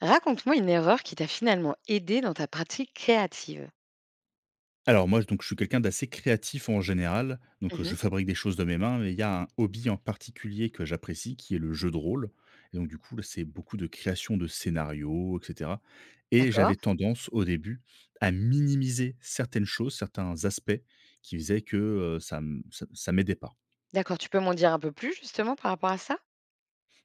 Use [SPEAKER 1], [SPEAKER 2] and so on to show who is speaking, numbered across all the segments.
[SPEAKER 1] Raconte-moi une erreur qui t'a finalement aidé dans ta pratique créative.
[SPEAKER 2] Alors moi, donc je suis quelqu'un d'assez créatif en général, je
[SPEAKER 1] Mmh.
[SPEAKER 2] fabrique des choses de mes mains, mais il y a un hobby en particulier que j'apprécie qui est le jeu de rôle. Et donc du coup, là, c'est beaucoup de création de scénarios etc., et j'avais
[SPEAKER 1] D'accord,
[SPEAKER 2] tendance au début à minimiser certaines choses, certains aspects qui faisaient que, ça m'aidait pas.
[SPEAKER 1] d'accord, tu peux m'en dire un peu plus justement par rapport à ça?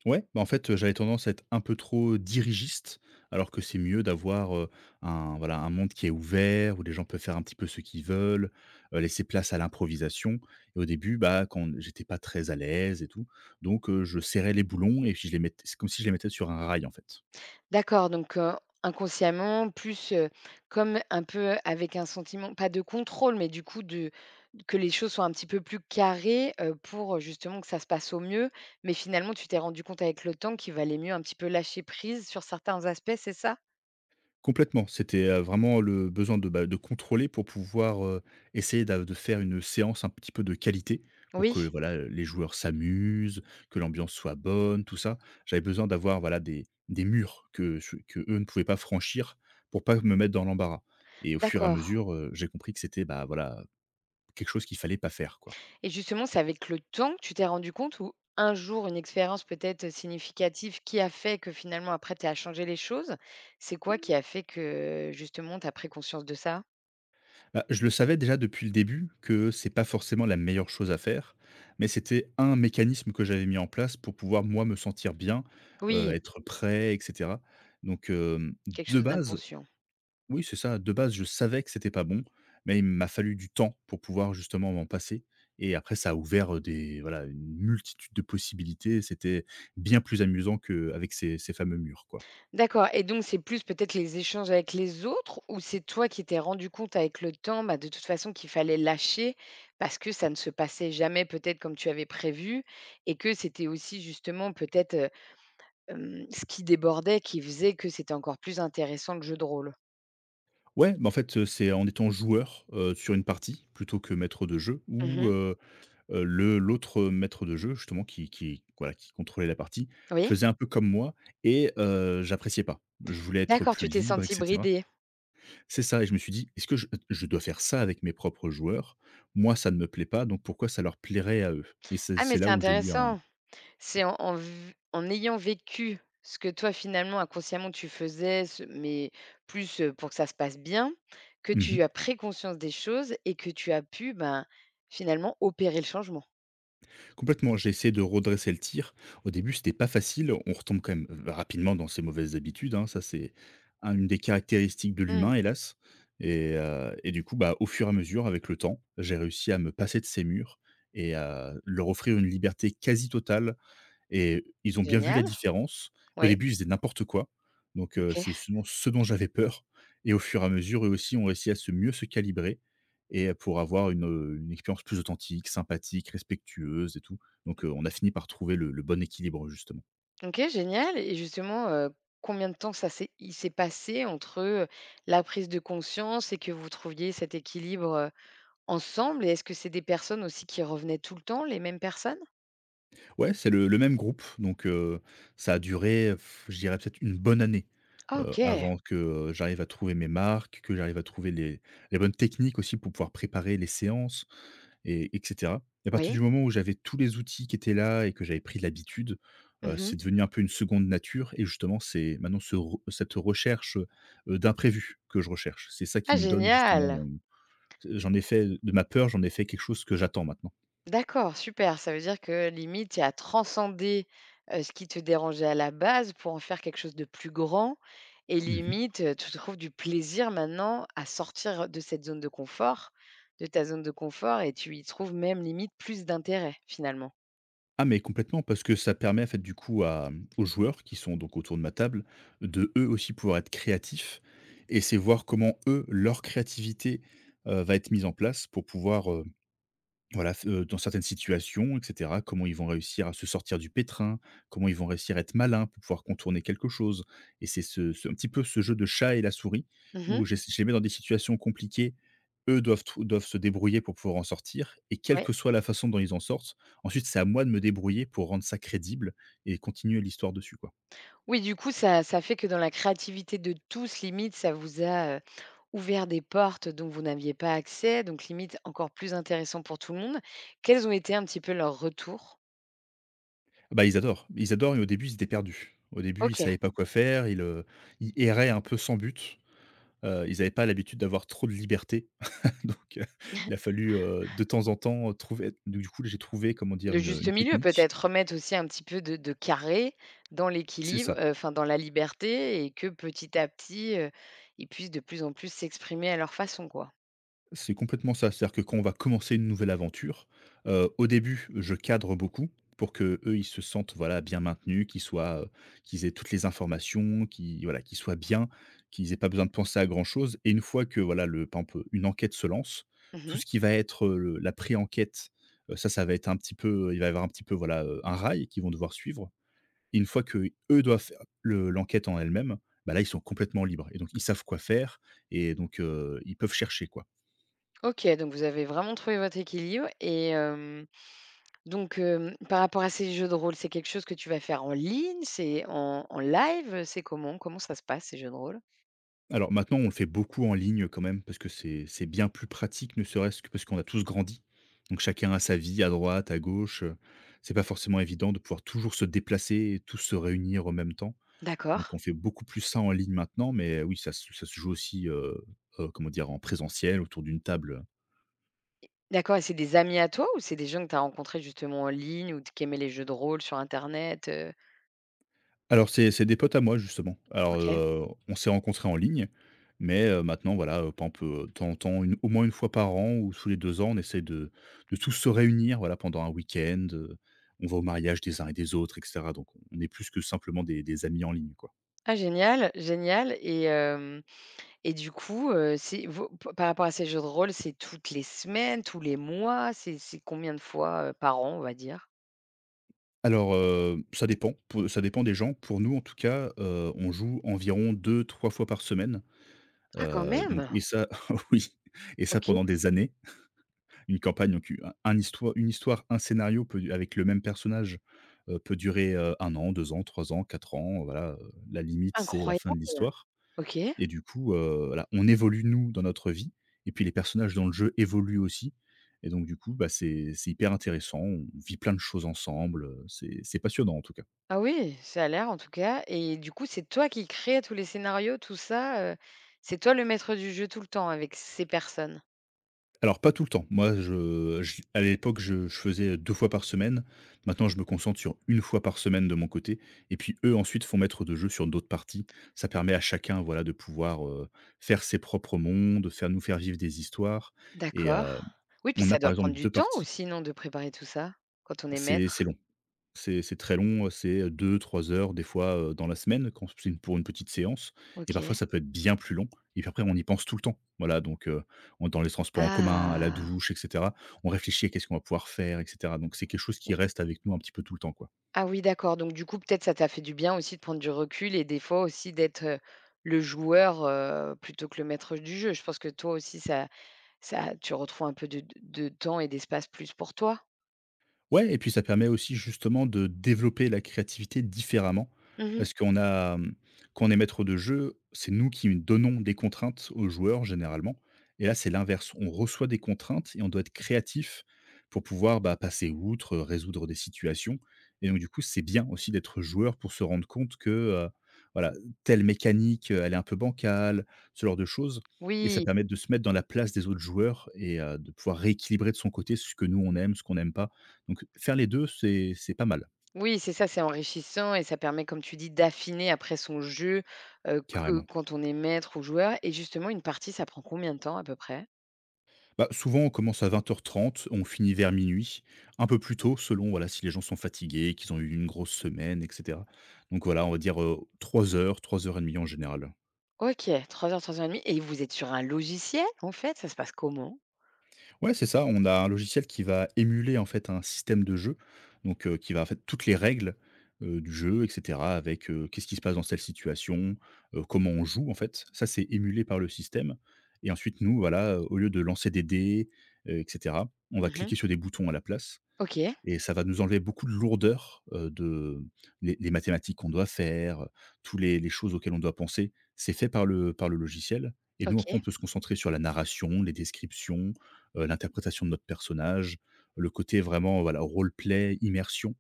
[SPEAKER 2] Ouais, bah, en fait, j'avais tendance à être un peu trop dirigiste, alors que c'est mieux d'avoir, un voilà, un monde qui est ouvert, où les gens peuvent faire un petit peu ce qu'ils veulent, laisser place à l'improvisation. Et au début, bah, quand j'étais pas très à l'aise et tout, je serrais les boulons et puis je les mettais c'est comme si je les mettais sur un rail, en fait.
[SPEAKER 1] D'accord, donc inconsciemment, plus, comme un peu avec un sentiment, pas de contrôle, mais du coup de que les choses soient un petit peu plus carrées, pour justement que ça se passe au mieux. Mais finalement, tu t'es rendu compte avec le temps qu'il valait mieux un petit peu lâcher prise sur certains aspects, c'est ça?
[SPEAKER 2] Complètement, c'était, vraiment le besoin de, de contrôler pour pouvoir, essayer d'a de faire une séance un petit peu de qualité pour
[SPEAKER 1] Oui,
[SPEAKER 2] que, voilà, les joueurs s'amusent, que l'ambiance soit bonne, tout ça. J'avais besoin d'avoir, voilà, des murs que je qu'eux ne pouvaient pas franchir pour pas me mettre dans l'embarras, et au fur et à
[SPEAKER 1] d'accord.
[SPEAKER 2] mesure, j'ai compris que c'était, bah, voilà, quelque chose qu'il fallait pas faire, quoi.
[SPEAKER 1] Et justement, c'est avec le temps que tu t'es rendu compte ou un jour, une expérience peut-être significative qui a fait que finalement après tu as changé les choses? C'est quoi qui a fait que justement tu as pris conscience de ça?
[SPEAKER 2] Bah, je le savais déjà depuis le début que c'est pas forcément la meilleure chose à faire, mais c'était un mécanisme que j'avais mis en place pour pouvoir, moi, me sentir bien,
[SPEAKER 1] Oui,
[SPEAKER 2] être prêt et cetera. Donc, hem,
[SPEAKER 1] quelque
[SPEAKER 2] de
[SPEAKER 1] chose
[SPEAKER 2] base,
[SPEAKER 1] d'inconscient.
[SPEAKER 2] oui, c'est ça, de base, je savais que c'était pas bon, mais il m'a fallu du temps pour pouvoir justement m'en passer, et après ça a ouvert, des voilà, une multitude de possibilités. C'était bien plus amusant qu'avec ces fameux murs, quoi.
[SPEAKER 1] D'accord, et donc c'est plus peut-être les échanges avec les autres ou c'est toi qui t'es rendu compte avec le temps, bah, de toute façon qu'il fallait lâcher parce que ça ne se passait jamais peut-être comme tu avais prévu et que c'était aussi justement peut-être, hem, ce qui débordait qui faisait que c'était encore plus intéressant le jeu de rôle?
[SPEAKER 2] Ouais, mais en fait, c'est en étant joueur, sur une partie plutôt que maître de jeu
[SPEAKER 1] Mmh
[SPEAKER 2] où,
[SPEAKER 1] mh.
[SPEAKER 2] le l'autre, maître de jeu justement qui voilà, qui contrôlait la partie,
[SPEAKER 1] Oui?
[SPEAKER 2] faisait un peu comme moi, et j'appréciais pas. Je voulais être
[SPEAKER 1] D'accord, tu
[SPEAKER 2] plus
[SPEAKER 1] t'es
[SPEAKER 2] libre et
[SPEAKER 1] sentie
[SPEAKER 2] cetera.
[SPEAKER 1] bridée.
[SPEAKER 2] C'est ça, et je me suis dit : « Est-ce que je dois faire ça avec mes propres joueurs? Moi, ça ne me plaît pas, donc pourquoi ça leur plairait à eux ? » Et c'est
[SPEAKER 1] Ah mais
[SPEAKER 2] c'est là
[SPEAKER 1] c'est
[SPEAKER 2] où j'ai eu un...
[SPEAKER 1] intéressant. C'est en ayant vécu ce que toi finalement inconsciemment tu faisais, ce mais plus, pour que ça se passe bien, que tu
[SPEAKER 2] Mmh.
[SPEAKER 1] as pris conscience des choses et que tu as pu, ben, finalement opérer le changement.
[SPEAKER 2] Complètement, j'ai essayé de redresser le tir. Au début, c'était pas facile. On retombe quand même rapidement dans ses mauvaises habitudes, hein. Ça, c'est un une des caractéristiques de l'humain,
[SPEAKER 1] Mmh.
[SPEAKER 2] hélas. Et du coup, bah, au fur et à mesure, avec le temps, j'ai réussi à me passer de ces murs et à leur offrir une liberté quasi totale, et ils ont bien vu la
[SPEAKER 1] Génial.
[SPEAKER 2] différence. Au
[SPEAKER 1] Oui.
[SPEAKER 2] début, ils faisaient n'importe quoi,
[SPEAKER 1] OK.
[SPEAKER 2] c'est souvent ce dont j'avais peur, et au fur et à mesure, eux aussi ont réussi à se mieux se calibrer, et pour avoir une, une expérience plus authentique, sympathique, respectueuse et tout, on a fini par trouver le bon équilibre, justement.
[SPEAKER 1] OK, génial. Et justement, combien de temps ça s'est passé entre, la prise de conscience et que vous trouviez cet équilibre, heu, ensemble? Et est-ce que c'est des personnes aussi qui revenaient tout le temps, les mêmes personnes?
[SPEAKER 2] Ouais, c'est le même groupe, ça a duré, je dirais peut-être une bonne année,
[SPEAKER 1] Ah OK.
[SPEAKER 2] avant que, j'arrive à trouver mes marques, que j'arrive à trouver les bonnes techniques aussi pour pouvoir préparer les séances et etc. Et à partir du
[SPEAKER 1] Oui.
[SPEAKER 2] moment où j'avais tous les outils qui étaient là et que j'avais pris de l'habitude, c'est
[SPEAKER 1] Mmh.
[SPEAKER 2] devenu un peu une seconde nature, et justement c'est maintenant ce re cette recherche, d'imprévu que je recherche. C'est ça qui
[SPEAKER 1] Ah
[SPEAKER 2] me donne justement
[SPEAKER 1] génial!
[SPEAKER 2] mon j'en ai fait de ma peur, j'en ai fait quelque chose que j'attends maintenant.
[SPEAKER 1] D'accord, super. Ça veut dire que limite, tu as transcendé, ce qui te dérangeait à la base pour en faire quelque chose de plus grand et
[SPEAKER 2] Mmh
[SPEAKER 1] limite, tu trouves du plaisir maintenant à sortir de cette zone de confort, de ta zone de confort, et tu y trouves même limite plus d'intérêt finalement.
[SPEAKER 2] Ah mais complètement, parce que ça permet en fait du coup à aux joueurs qui sont donc autour de ma table, de eux aussi pouvoir être créatifs. Et c'est voir comment eux, leur créativité, va être mise en place pour pouvoir, voilà, f dans certaines situations etc., comment ils vont réussir à se sortir du pétrin, comment ils vont réussir à être malins pour pouvoir contourner quelque chose. Et c'est ce un petit peu ce jeu de chat et la souris
[SPEAKER 1] Mmh.
[SPEAKER 2] où je les mets dans des situations compliquées, eux doivent se débrouiller pour pouvoir en sortir, et quelle
[SPEAKER 1] Oui.
[SPEAKER 2] que soit la façon dont ils en sortent, ensuite c'est à moi de me débrouiller pour rendre ça crédible et continuer l'histoire dessus, quoi.
[SPEAKER 1] Oui, du coup ça ça fait que dans la créativité de tous limite ça vous a ouvert des portes dont vous n'aviez pas accès, donc limite encore plus intéressant pour tout le monde. Quels ont été un petit peu leurs retours?
[SPEAKER 2] Bah, ils adorent. Ils adorent, et au début, ils étaient perdus. Au début, ils
[SPEAKER 1] OK,
[SPEAKER 2] savaient pas quoi faire, ils erraient un peu sans but. Ils avaient pas l'habitude d'avoir trop de liberté, donc heu, il a fallu, de temps en temps, trouver du coup, j'ai trouvé, comment dire,
[SPEAKER 1] le
[SPEAKER 2] une,
[SPEAKER 1] juste
[SPEAKER 2] une
[SPEAKER 1] milieu
[SPEAKER 2] technique.
[SPEAKER 1] peut-être, remettre aussi un petit peu de carré dans
[SPEAKER 2] C'est
[SPEAKER 1] l'équilibre,
[SPEAKER 2] ça.
[SPEAKER 1] enfin dans la liberté, et que petit à petit, ils puissent de plus en plus s'exprimer à leur façon, quoi.
[SPEAKER 2] C'est complètement ça. C'est-à-dire que quand on va commencer une nouvelle aventure, au début, je cadre beaucoup pour que eux ils se sentent, voilà, bien maintenus, qu'ils soient, qu'ils aient toutes les informations, qu'ils voilà, qu'ils soient bien, qu'ils aient pas besoin de penser à grand chose. Et une fois que, voilà, le par exemple, une enquête se lance, tout
[SPEAKER 1] Mmh.
[SPEAKER 2] ce qui va être, le la pré-enquête, ça va être un petit peu, il va y avoir un petit peu, voilà, un rail qu'ils vont devoir suivre, et une fois que eux doivent faire le l'enquête en elle-même, bah, là, ils sont complètement libres et donc ils savent quoi faire, et ils peuvent chercher, quoi.
[SPEAKER 1] OK, donc vous avez vraiment trouvé votre équilibre. Et hem, donc hem, par rapport à ces jeux de rôle, c'est quelque chose que tu vas faire en ligne? C'est en en live? C'est comment? Comment ça se passe ces jeux de rôle?
[SPEAKER 2] Alors maintenant, on le fait beaucoup en ligne quand même, parce que c'est bien plus pratique, ne serait-ce que parce qu'on a tous grandi. Donc chacun a sa vie à droite, à gauche. C'est pas forcément évident de pouvoir toujours se déplacer et tous se réunir en même temps. Donc on
[SPEAKER 1] D'accord.
[SPEAKER 2] fait beaucoup plus ça en ligne maintenant, mais oui, ça se joue aussi, comment dire? En présentiel autour d'une table.
[SPEAKER 1] D'accord, et c'est des amis à toi ou c'est des gens que tu as rencontrés justement en ligne ou t qui aimaient les jeux de rôle sur internet, heu?
[SPEAKER 2] Alors c'est des potes à moi justement. Alors,
[SPEAKER 1] OK.
[SPEAKER 2] on s'est rencontrés en ligne, mais maintenant voilà, par exemple, de temps en temps, une au moins une fois par an ou tous les 2 ans, on essaie de tous se réunir, voilà, pendant un week-end, on va au mariage des uns et des autres etc., donc on est plus que simplement des amis en ligne, quoi.
[SPEAKER 1] Ah génial, génial. Et hem, et du coup, c'est vous p par rapport à ces jeux de rôle, c'est toutes les semaines, tous les mois? C'est combien de fois, par an, on va dire?
[SPEAKER 2] Alors, ça dépend, pou ça dépend des gens. Pour nous en tout cas, on joue environ 2 3 fois par semaine,
[SPEAKER 1] Ah quand
[SPEAKER 2] donc
[SPEAKER 1] même!
[SPEAKER 2] et ça oui, et ça
[SPEAKER 1] OK,
[SPEAKER 2] pendant des années. Une campagne, donc u un histoire une histoire, un scénario, peut avec le même personnage, peut durer, 1 an, 2 ans, 3 ans, 4 ans, voilà, la limite, c'est la fin de
[SPEAKER 1] incroyable!
[SPEAKER 2] l'histoire.
[SPEAKER 1] OK.
[SPEAKER 2] Et du coup, voilà, on évolue nous dans notre vie et puis les personnages dans le jeu évoluent aussi, et donc du coup, bah, c'est hyper intéressant, on vit plein de choses ensemble, c'est passionnant en tout cas.
[SPEAKER 1] Ah oui, ça a l'air, en tout cas. Et du coup, c'est toi qui crées tous les scénarios, tout ça, c'est toi le maître du jeu tout le temps avec ces personnes?
[SPEAKER 2] Alors pas tout le temps. Moi, je à l'époque, je faisais 2 fois par semaine. Maintenant, je me concentre sur 1 fois par semaine de mon côté, et puis eux, ensuite, font maître de jeu sur d'autres parties. Ça permet à chacun, voilà, de pouvoir, faire ses propres mondes, faire nous faire vivre des histoires, et
[SPEAKER 1] D'accord. Oui, puis
[SPEAKER 2] on a
[SPEAKER 1] ça
[SPEAKER 2] par
[SPEAKER 1] doit
[SPEAKER 2] exemple
[SPEAKER 1] prendre
[SPEAKER 2] 2
[SPEAKER 1] du temps
[SPEAKER 2] parties.
[SPEAKER 1] aussi, non, de préparer tout ça? Quand on est
[SPEAKER 2] C'est
[SPEAKER 1] maître?
[SPEAKER 2] long. C'est très long, c'est, 2, 3 heures des fois, dans la semaine quand c'est une pour une petite séance, et parfois
[SPEAKER 1] OK.
[SPEAKER 2] ça peut être bien plus long, et puis après on y pense tout le temps. Voilà donc on dans les transports en commun, à la
[SPEAKER 1] Ah!
[SPEAKER 2] douche etc., on réfléchit à qu'est-ce qu'on va pouvoir faire etc., donc c'est quelque chose qui
[SPEAKER 1] Ou
[SPEAKER 2] reste avec nous un petit peu tout le temps, quoi.
[SPEAKER 1] ah oui, d'accord, donc du coup, peut-être ça t'a fait du bien aussi de prendre du recul et des fois aussi d'être, le joueur, plutôt que le maître du jeu. Je pense que toi aussi ça ça tu retrouves un peu de temps et d'espace plus pour toi?
[SPEAKER 2] Ouais, et puis ça permet aussi justement de développer la créativité différemment
[SPEAKER 1] Mmh.
[SPEAKER 2] parce qu'on a, quand on est maître de jeu, c'est nous qui donnons des contraintes aux joueurs généralement, et là, c'est l'inverse. On reçoit des contraintes et on doit être créatif pour pouvoir, bah, passer outre, résoudre des situations, et donc du coup, c'est bien aussi d'être joueur pour se rendre compte que, voilà, telle mécanique, elle est un peu bancale, ce genre de choses, et ça
[SPEAKER 1] Oui,
[SPEAKER 2] permet de se mettre dans la place des autres joueurs et de pouvoir rééquilibrer de son côté ce que nous on aime, ce qu'on n'aime pas, donc faire les 2, c'est pas mal,
[SPEAKER 1] oui, c'est ça, c'est enrichissant et ça permet, comme tu dis, d'affiner après son jeu, que
[SPEAKER 2] carrément.
[SPEAKER 1] quand on est maître ou joueur. Et justement une partie, ça prend combien de temps à peu près?
[SPEAKER 2] Bah, souvent, on commence à 20:30, on finit vers minuit, un peu plus tôt selon, voilà, si les gens sont fatigués, qu'ils ont eu une grosse semaine et cetera. Donc voilà, on va dire, 3 heures, 3 heures et demie en général.
[SPEAKER 1] OK, trois heures et demie. Et vous êtes sur un logiciel, en fait? Ça se passe comment?
[SPEAKER 2] Ouais, c'est ça. On a un logiciel qui va émuler en fait un système de jeu, qui va en fait toutes les règles, du jeu et cetera avec, qu'est-ce qui se passe dans telle situation, comment on joue en fait. Ça, c'est émulé par le système et ensuite nous, voilà, au lieu de lancer des dés, et cetera, on va
[SPEAKER 1] Mmh.
[SPEAKER 2] cliquer sur des boutons à la place
[SPEAKER 1] OK,
[SPEAKER 2] et ça va nous enlever beaucoup de lourdeur, de les mathématiques qu'on doit faire, tous les choses auxquelles on doit penser, c'est fait par le logiciel et nous après on
[SPEAKER 1] OK.
[SPEAKER 2] peut se concentrer sur la narration, les descriptions, l'interprétation de notre personnage, le côté vraiment, voilà, role-play, immersion,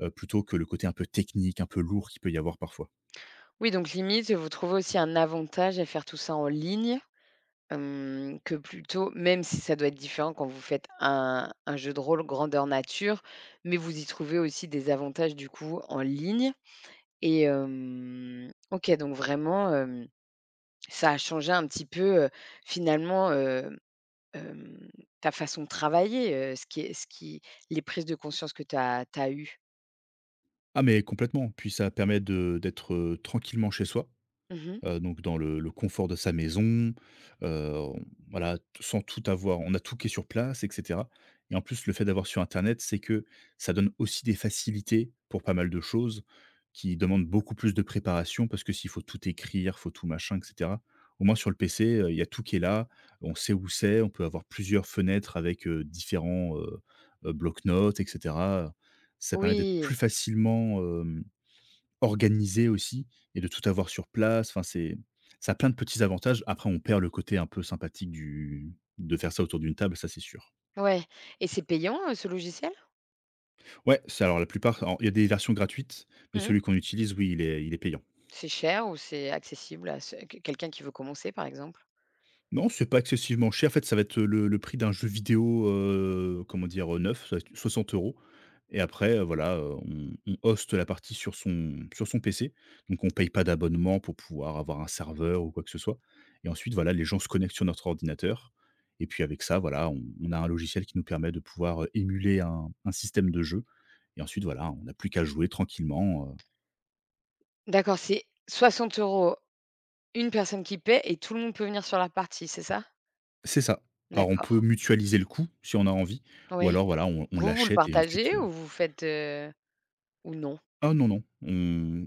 [SPEAKER 2] plutôt que le côté un peu technique, un peu lourd qu'il peut y avoir parfois.
[SPEAKER 1] Oui, donc limite, vous trouvez aussi un avantage à faire tout ça en ligne, hem, que plutôt même si ça doit être différent quand vous faites un jeu de rôle grandeur nature, mais vous y trouvez aussi des avantages, du coup, en ligne. Et hem, OK, donc vraiment, hem, ça a changé un petit peu, finalement, hem, hem, ta façon de travailler, ce qui est ce qui les prises de conscience que tu as tu eues.
[SPEAKER 2] Ah mais complètement, puis ça permet de d'être, tranquillement chez soi.
[SPEAKER 1] Mmh.
[SPEAKER 2] Donc dans le confort de sa maison, heu, on voilà, t sans tout avoir. On a tout qui est sur place et cetera et en plus, le fait d'avoir sur internet, c'est que ça donne aussi des facilités pour pas mal de choses qui demandent beaucoup plus de préparation parce que s'il faut tout écrire, faut tout machin et cetera. Au moins sur le PC, il y a tout qui est là, on sait où c'est, on peut avoir plusieurs fenêtres avec, blocs notes et cetera. Ça permet d'être
[SPEAKER 1] Oui,
[SPEAKER 2] plus facilement, euh, organisé aussi et de tout avoir sur place. Enfin, c'est ça a plein de petits avantages. Après, on perd le côté un peu sympathique du de faire ça autour d'une table, ça, c'est sûr.
[SPEAKER 1] ouais. Et c'est payant, ce logiciel?
[SPEAKER 2] Ouais, c'est alors la plupart alors il y a des versions gratuites, mais
[SPEAKER 1] Mmh.
[SPEAKER 2] celui qu'on utilise, oui, il est payant.
[SPEAKER 1] C'est cher ou c'est accessible à ce que quelqu'un qui veut commencer, par exemple?
[SPEAKER 2] Non, c'est pas excessivement cher. En fait, ça va être le prix d'un jeu vidéo, comment dire, neuf, ça va être 60 € et après, on host la partie sur son PC. Donc on paye pas d'abonnement pour pouvoir avoir un serveur ou quoi que ce soit et ensuite, voilà, les gens se connectent sur notre ordinateur et puis avec ça, voilà, on a un logiciel qui nous permet de pouvoir, émuler un système de jeu et ensuite, voilà, on n'a plus qu'à jouer tranquillement, heu.
[SPEAKER 1] D'accord, c'est 60 €, une personne qui paie et tout le monde peut venir sur la partie, c'est ça?
[SPEAKER 2] C'est ça. Alors on
[SPEAKER 1] D'accord.
[SPEAKER 2] peut mutualiser le coût si on a envie ou
[SPEAKER 1] Oui.
[SPEAKER 2] alors, voilà, on
[SPEAKER 1] Vous, vous le
[SPEAKER 2] l'achète et ensuite,
[SPEAKER 1] partagez ou vous faites, heu, ou non?
[SPEAKER 2] ah non, non, on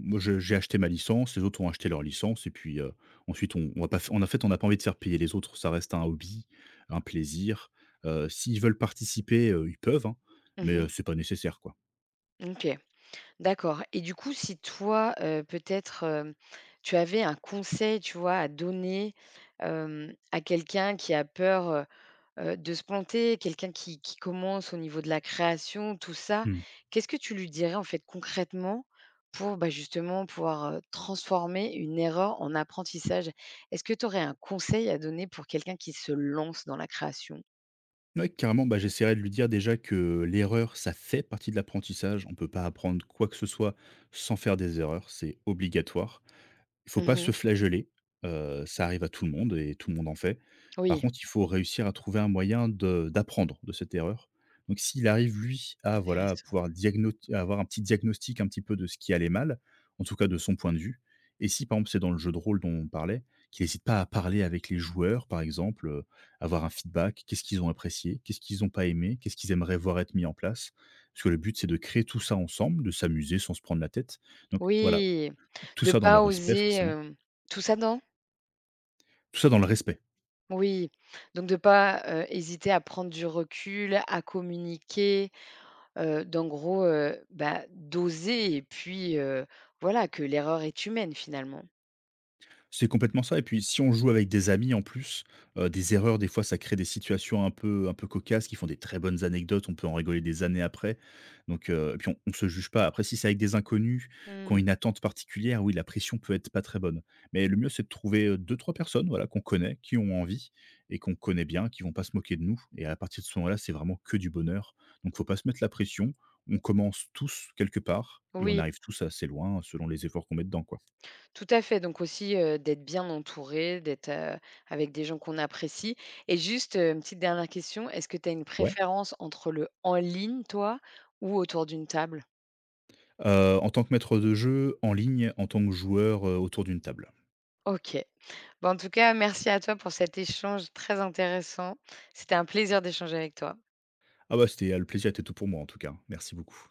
[SPEAKER 2] moi je j'ai acheté ma licence, les autres ont acheté leur licence et puis, ensuite on va pas f on a fait, on n'a pas envie de faire payer les autres, ça reste un hobby, un plaisir. S'ils veulent participer, ils peuvent, hein, mais,
[SPEAKER 1] Mmh.
[SPEAKER 2] c'est pas nécessaire, quoi.
[SPEAKER 1] OK. D'accord et du coup, si toi, peut-être, hem, tu avais un conseil, tu vois, à donner, hem, à quelqu'un qui a peur, de se planter, quelqu'un qui commence au niveau de la création, tout ça,
[SPEAKER 2] Mmh.
[SPEAKER 1] qu'est-ce que tu lui dirais, en fait, concrètement pour, bah, justement pouvoir, transformer une erreur en apprentissage? Est-ce que tu aurais un conseil à donner pour quelqu'un qui se lance dans la création?
[SPEAKER 2] Ouais, carrément, bah, j'essaierai de lui dire déjà que l'erreur, ça fait partie de l'apprentissage. On peut pas apprendre quoi que ce soit sans faire des erreurs, c'est obligatoire. Il faut pas
[SPEAKER 1] Mmh.
[SPEAKER 2] se flageller, ça arrive à tout le monde et tout le monde en fait. Par
[SPEAKER 1] Oui,
[SPEAKER 2] contre, il faut réussir à trouver un moyen de d'apprendre de cette erreur. Donc s'il arrive, lui, à voilà,
[SPEAKER 1] intéressant.
[SPEAKER 2] pouvoir diagno à avoir un petit diagnostic un petit peu de ce qui allait mal, en tout cas de son point de vue et si, par exemple, c'est dans le jeu de rôle dont on parlait, qu'il n'hésite pas à parler avec les joueurs, par exemple, avoir un feedback. Qu'est-ce qu'ils ont apprécié? Qu'est-ce qu'ils n'ont pas aimé? Qu'est-ce qu'ils aimeraient voir être mis en place? Parce que le but, c'est de créer tout ça ensemble, de s'amuser sans se prendre la tête. Donc voilà,
[SPEAKER 1] Oui,
[SPEAKER 2] tout
[SPEAKER 1] de
[SPEAKER 2] ça dans le
[SPEAKER 1] pas
[SPEAKER 2] respect
[SPEAKER 1] oser,
[SPEAKER 2] forcément.
[SPEAKER 1] hem, tout ça dans.
[SPEAKER 2] Tout ça dans le respect.
[SPEAKER 1] Oui, donc de pas, hésiter à prendre du recul, à communiquer, d'en gros, bah, d'oser et puis, voilà, que l'erreur est humaine finalement.
[SPEAKER 2] C'est complètement ça et puis si on joue avec des amis en plus, des erreurs des fois ça crée des situations un peu cocasses qui font des très bonnes anecdotes, on peut en rigoler des années après. Et puis on se juge pas. Après si c'est avec des inconnus qui ont
[SPEAKER 1] Mmh.
[SPEAKER 2] une attente particulière, oui la pression peut être pas très bonne. Mais le mieux c'est de trouver, 2-3 personnes, voilà, qu'on connaît, qui ont envie et qu'on connaît bien, qui vont pas se moquer de nous et à partir de ce moment-là, c'est vraiment que du bonheur. Donc faut pas se mettre la pression. On commence tous quelque part et on
[SPEAKER 1] Oui,
[SPEAKER 2] arrive tous assez loin selon les efforts qu'on met dedans, quoi.
[SPEAKER 1] tout à fait, donc aussi, d'être bien entouré, d'être, avec des gens qu'on apprécie. Et juste, une petite dernière question, est-ce que tu as une
[SPEAKER 2] Ouais.
[SPEAKER 1] préférence entre le en ligne toi ou autour d'une table?
[SPEAKER 2] En tant que maître de jeu, en ligne, en tant que joueur, autour d'une table.
[SPEAKER 1] OK. Bah, en tout cas, merci à toi pour cet échange très intéressant. C'était un plaisir d'échanger avec toi.
[SPEAKER 2] Ah bah, c'était, le plaisir était tout pour moi en tout cas. Merci beaucoup.